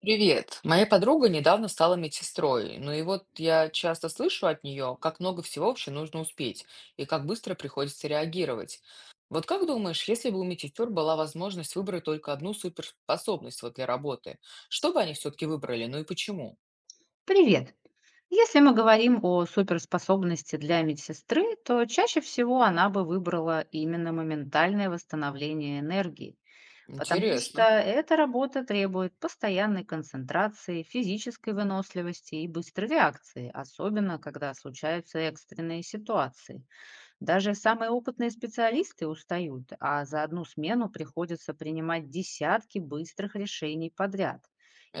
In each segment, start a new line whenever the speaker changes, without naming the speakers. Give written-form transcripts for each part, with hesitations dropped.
Привет. Моя подруга недавно стала медсестрой, ну и вот я часто слышу от нее, как много всего вообще нужно успеть и как быстро приходится реагировать. Вот как думаешь, если бы у медсестер была возможность выбрать только одну суперспособность вот для работы, что бы они все-таки выбрали, ну и почему?
Привет! Если мы говорим о суперспособности для медсестры, то чаще всего она бы выбрала именно моментальное восстановление энергии, потому что
Интересно,
эта работа требует постоянной концентрации, физической выносливости и быстрой реакции, особенно когда случаются экстренные ситуации. Даже самые опытные специалисты устают, а за одну смену приходится принимать десятки быстрых решений подряд.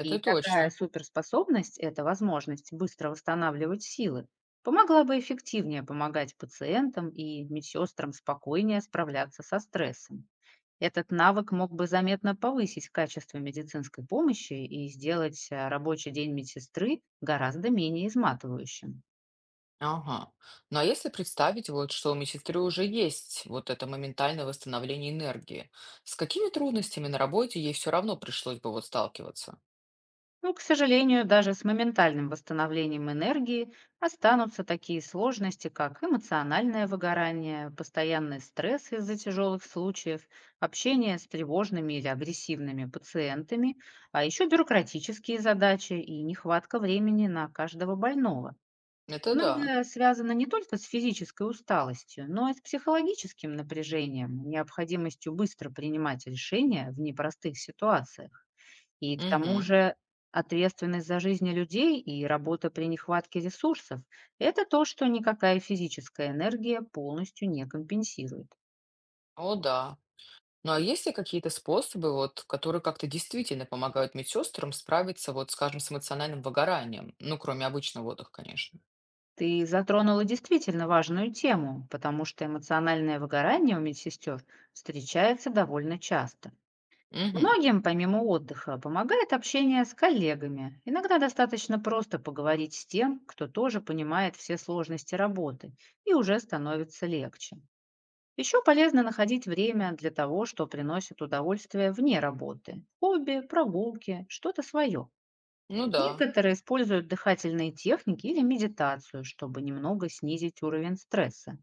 И такая
точно.
суперспособность– это возможность быстро восстанавливать силы. Помогла бы эффективнее помогать пациентам и медсестрам спокойнее справляться со стрессом. Этот навык мог бы заметно повысить качество медицинской помощи и сделать рабочий день медсестры гораздо менее изматывающим.
Ага. Ну а если представить вот, что у медсестры уже есть вот это моментальное восстановление энергии, с какими трудностями на работе ей все равно пришлось бы вот сталкиваться?
Но, к сожалению, даже с моментальным восстановлением энергии останутся такие сложности, как эмоциональное выгорание, постоянный стресс из-за тяжелых случаев, общение с тревожными или агрессивными пациентами, а еще бюрократические задачи и нехватка времени на каждого больного.
Это да.
Многое связано не только с физической усталостью, но и с психологическим напряжением, необходимостью быстро принимать решения в непростых ситуациях. И к тому
Мгм.
же ответственность за жизни людей и работа при нехватке ресурсов– это то, что никакая физическая энергия полностью не компенсирует.
О, да. Ну, а есть ли какие-то способы, вот, которые как-то действительно помогают медсестрам справиться, вот, скажем, с эмоциональным выгоранием? Ну, кроме обычного отдыха, конечно.
Ты затронула действительно важную тему, потому что эмоциональное выгорание у медсестер встречается довольно часто.
Мгм.
Многим, помимо отдыха, помогает общение с коллегами. Иногда достаточно просто поговорить с тем, кто тоже понимает все сложности работы, и уже становится легче. Еще полезно находить время для того, что приносит удовольствие вне работы. Хобби, прогулки, что-то свое.
Ну да.
Некоторые используют дыхательные техники или медитацию, чтобы немного снизить уровень стресса.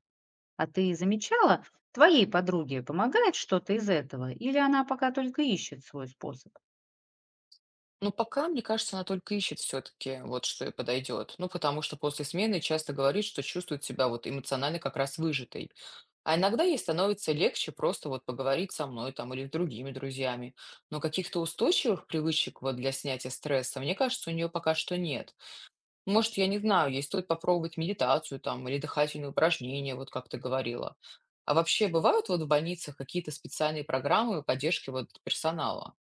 А ты замечала, твоей подруге помогает что-то из этого, или она пока только ищет свой способ?
Но пока, мне кажется, она только ищет все-таки, вот, что ей подойдет. Ну, потому что после смены часто говорит, что чувствует себя вот эмоционально как раз выжатой. А иногда ей становится легче просто вот поговорить со мной там или с другими друзьями. Но каких-то устойчивых привычек вот для снятия стресса, мне кажется, у нее пока что нет. Может, я не знаю, ей стоит попробовать медитацию там или дыхательные упражнения, вот как ты говорила. А вообще бывают вот в больницах какие-то специальные программы поддержки вот персонала?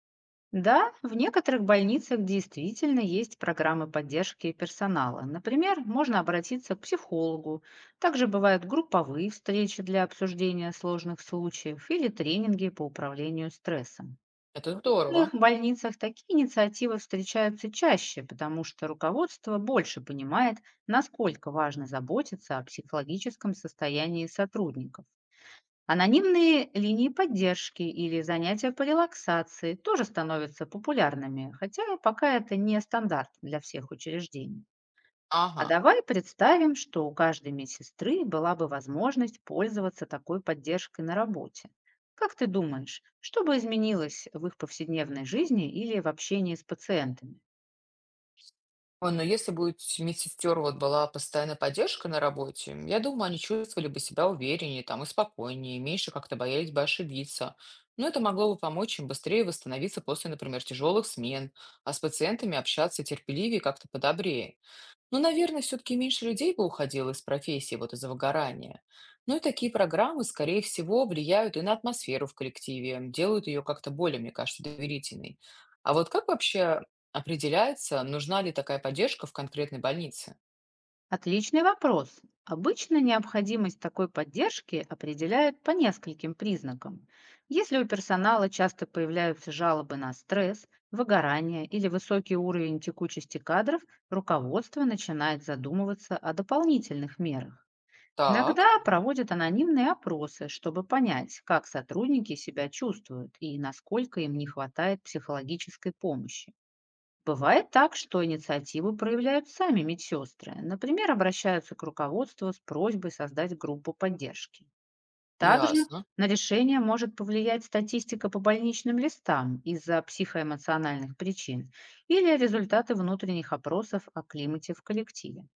Да, в некоторых больницах действительно есть программы поддержки персонала. Например, можно обратиться к психологу. Также бывают групповые встречи для обсуждения сложных случаев или тренинги по управлению стрессом.
Это
В
здорово.
иных больницах такие инициативы встречаются чаще, потому что руководство больше понимает, насколько важно заботиться о психологическом состоянии сотрудников. Анонимные линии поддержки или занятия по релаксации тоже становятся популярными, хотя пока это не стандарт для всех учреждений. А
Ага.
давай представим, что у каждой медсестры была бы возможность пользоваться такой поддержкой на работе. Как ты думаешь, что бы изменилось в их повседневной жизни или в общении с пациентами?
Ой, но если бы у медсестер вот была постоянная поддержка на работе, я думаю, они чувствовали бы себя увереннее там и спокойнее, меньше как-то боялись бы ошибиться. Но это могло бы помочь им быстрее восстановиться после, например, тяжелых смен, а с пациентами общаться терпеливее и как-то подобрее. Ну, наверное, все-таки меньше людей бы уходило из профессии вот из-за выгорания. Ну и такие программы, скорее всего, влияют и на атмосферу в коллективе, делают ее как-то более, мне кажется, доверительной. А вот как вообще определяется, нужна ли такая поддержка в конкретной больнице?
Отличный вопрос. Обычно необходимость такой поддержки определяют по нескольким признакам. Если у персонала часто появляются жалобы на стресс, выгорание или высокий уровень текучести кадров, руководство начинает задумываться о дополнительных мерах.
Так,
Иногда проводят анонимные опросы, чтобы понять, как сотрудники себя чувствуют и насколько им не хватает психологической помощи. Бывает так, что инициативу проявляют сами медсестры. Например, обращаются к руководству с просьбой создать группу поддержки. Также
ясно.
на решение может повлиять статистика по больничным листам из-за психоэмоциональных причин или результаты внутренних опросов о климате в коллективе.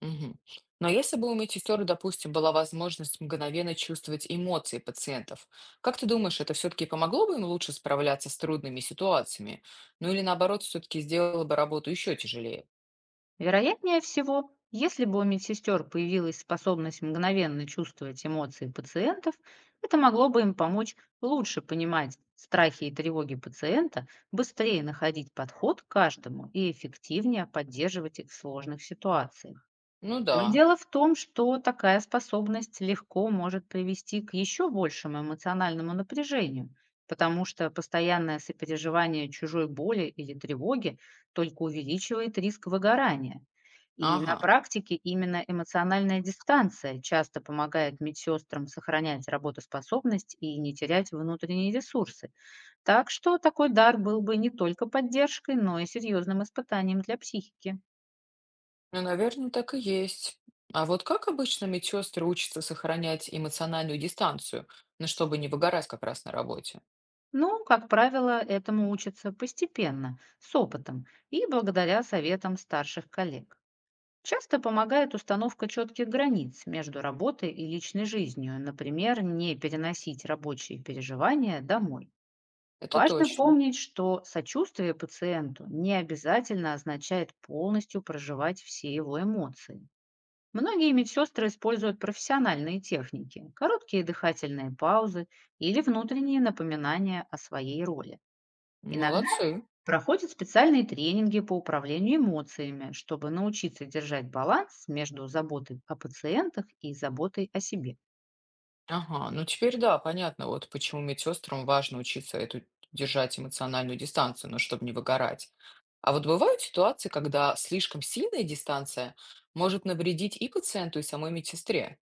Мгм. Но если бы у медсестер, допустим, была возможность мгновенно чувствовать эмоции пациентов, как ты думаешь, это все-таки помогло бы им лучше справляться с трудными ситуациями? Ну или наоборот, все-таки сделало бы работу еще тяжелее?
Вероятнее всего, если бы у медсестер появилась способность мгновенно чувствовать эмоции пациентов, это могло бы им помочь лучше понимать страхи и тревоги пациента, быстрее находить подход к каждому и эффективнее поддерживать их в сложных ситуациях.
Ну
Но
да,
дело в том, что такая способность легко может привести к еще большему эмоциональному напряжению, потому что постоянное сопереживание чужой боли или тревоги только увеличивает риск выгорания. И на
ага.
практике именно эмоциональная дистанция часто помогает медсестрам сохранять работоспособность и не терять внутренние ресурсы. Так что такой дар был бы не только поддержкой, но и серьезным испытанием для психики.
Ну, наверное, так и есть. А вот как обычно медсестры учатся сохранять эмоциональную дистанцию, ну, чтобы не выгорать как раз на работе?
Ну, как правило, этому учатся постепенно, с опытом и благодаря советам старших коллег. Часто помогает установка четких границ между работой и личной жизнью, например, не переносить рабочие переживания домой.
Это
Важно
точно.
помнить, что сочувствие пациенту не обязательно означает полностью проживать все его эмоции. Многие медсестры используют профессиональные техники, короткие дыхательные паузы или внутренние напоминания о своей роли. Иногда
Молодцы.
проходят специальные тренинги по управлению эмоциями, чтобы научиться держать баланс между заботой о пациентах и заботой о себе.
Ага, ну теперь да, понятно, вот почему медсестрам важно учиться эту держать эмоциональную дистанцию, ну, чтобы не выгорать. А вот бывают ситуации, когда слишком сильная дистанция может навредить и пациенту, и самой медсестре.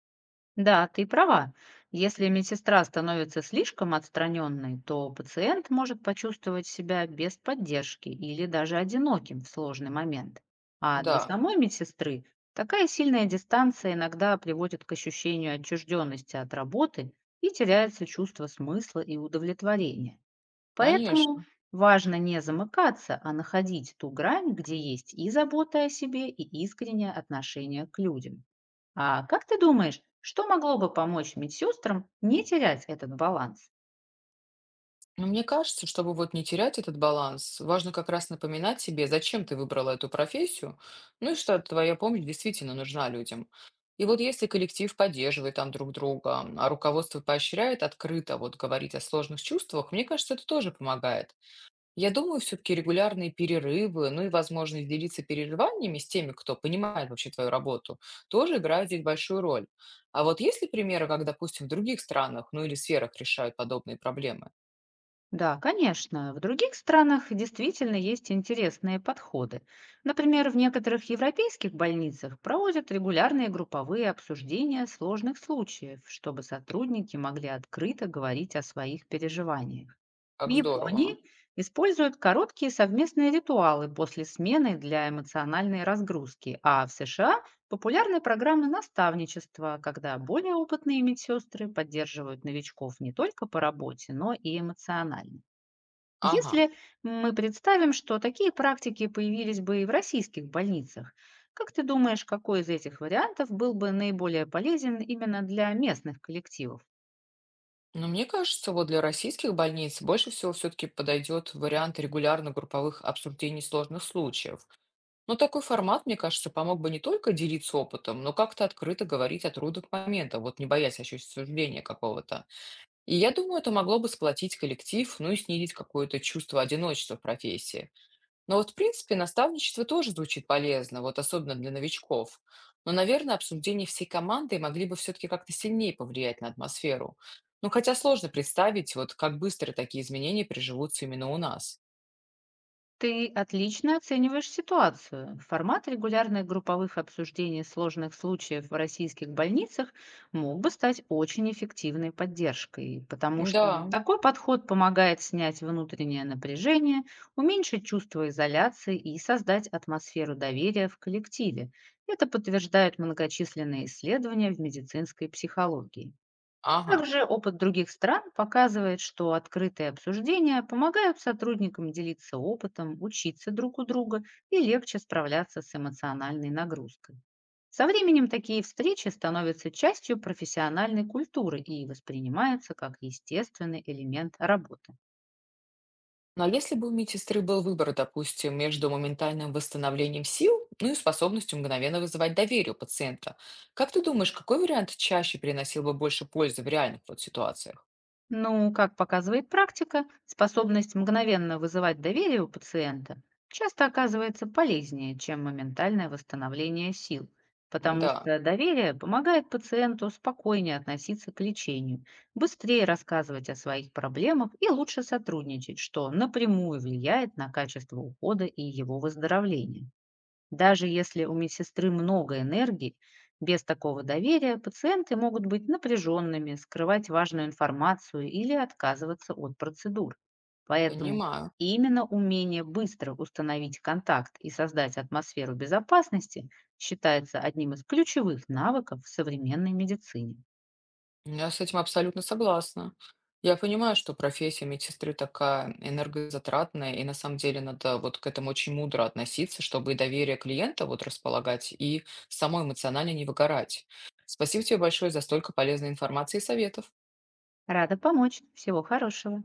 Да, ты права. Если медсестра становится слишком отстраненной, то пациент может почувствовать себя без поддержки или даже одиноким в сложный момент. А для
Да,
самой медсестры такая сильная дистанция иногда приводит к ощущению отчужденности от работы и теряется чувство смысла и удовлетворения. Поэтому
конечно.
важно не замыкаться, а находить ту грань, где есть и забота о себе, и искреннее отношение к людям. А как ты думаешь, что могло бы помочь медсестрам не терять этот баланс?
Но мне кажется, чтобы вот не терять этот баланс, важно как раз напоминать себе, зачем ты выбрала эту профессию, ну и что твоя помощь действительно нужна людям. И вот если коллектив поддерживает там друг друга, а руководство поощряет открыто вот говорить о сложных чувствах, мне кажется, это тоже помогает. Я думаю, все-таки регулярные перерывы, ну и возможность делиться переживаниями с теми, кто понимает вообще твою работу, тоже играет здесь большую роль. А вот есть ли примеры, как, допустим, в других странах, ну или сферах решают подобные проблемы?
Да, конечно, в других странах действительно есть интересные подходы. Например, в некоторых европейских больницах проводят регулярные групповые обсуждения сложных случаев, чтобы сотрудники могли открыто говорить о своих переживаниях. В
Как здорово.
Японии используют короткие совместные ритуалы после смены для эмоциональной разгрузки, а в США популярны программы наставничества, когда более опытные медсестры поддерживают новичков не только по работе, но и эмоционально.
Ага.
Если мы представим, что такие практики появились бы и в российских больницах, как ты думаешь, какой из этих вариантов был бы наиболее полезен именно для местных коллективов?
Но мне кажется, вот для российских больниц больше всего все-таки подойдет вариант регулярно групповых обсуждений сложных случаев. Но такой формат, мне кажется, помог бы не только делиться опытом, но как-то открыто говорить о трудных моментах, вот не боясь осуждения какого-то. И я думаю, это могло бы сплотить коллектив, ну и снизить какое-то чувство одиночества в профессии. Но вот, в принципе, наставничество тоже звучит полезно, вот особенно для новичков. Но, наверное, обсуждение всей команды могли бы все-таки как-то сильнее повлиять на атмосферу. Ну, хотя сложно представить, вот как быстро такие изменения приживутся именно у нас.
Ты отлично оцениваешь ситуацию. Формат регулярных групповых обсуждений сложных случаев в российских больницах мог бы стать очень эффективной поддержкой, потому что
Да,
такой подход помогает снять внутреннее напряжение, уменьшить чувство изоляции и создать атмосферу доверия в коллективе. Это подтверждают многочисленные исследования в медицинской психологии.
ага.
Также опыт других стран показывает, что открытые обсуждения помогают сотрудникам делиться опытом, учиться друг у друга и легче справляться с эмоциональной нагрузкой. Со временем такие встречи становятся частью профессиональной культуры и воспринимаются как естественный элемент работы.
Но если бы у медсестры был выбор, допустим, между моментальным восстановлением сил, ну и способностью мгновенно вызывать доверие у пациента, как ты думаешь, какой вариант чаще приносил бы больше пользы в реальных вот ситуациях?
Ну, как показывает практика, способность мгновенно вызывать доверие у пациента часто оказывается полезнее, чем моментальное восстановление сил, потому
Да,
что доверие помогает пациенту спокойнее относиться к лечению, быстрее рассказывать о своих проблемах и лучше сотрудничать, что напрямую влияет на качество ухода и его выздоровления. Даже если у медсестры много энергии, без такого доверия пациенты могут быть напряженными, скрывать важную информацию или отказываться от процедур. Поэтому
понимаю.
именно умение быстро установить контакт и создать атмосферу безопасности считается одним из ключевых навыков в современной медицине.
Я с этим абсолютно согласна. Я понимаю, что профессия медсестры такая энергозатратная, и на самом деле надо вот к этому очень мудро относиться, чтобы и доверие клиента вот располагать, и самой эмоционально не выгорать. Спасибо тебе большое за столько полезной информации и советов.
Рада помочь. Всего хорошего.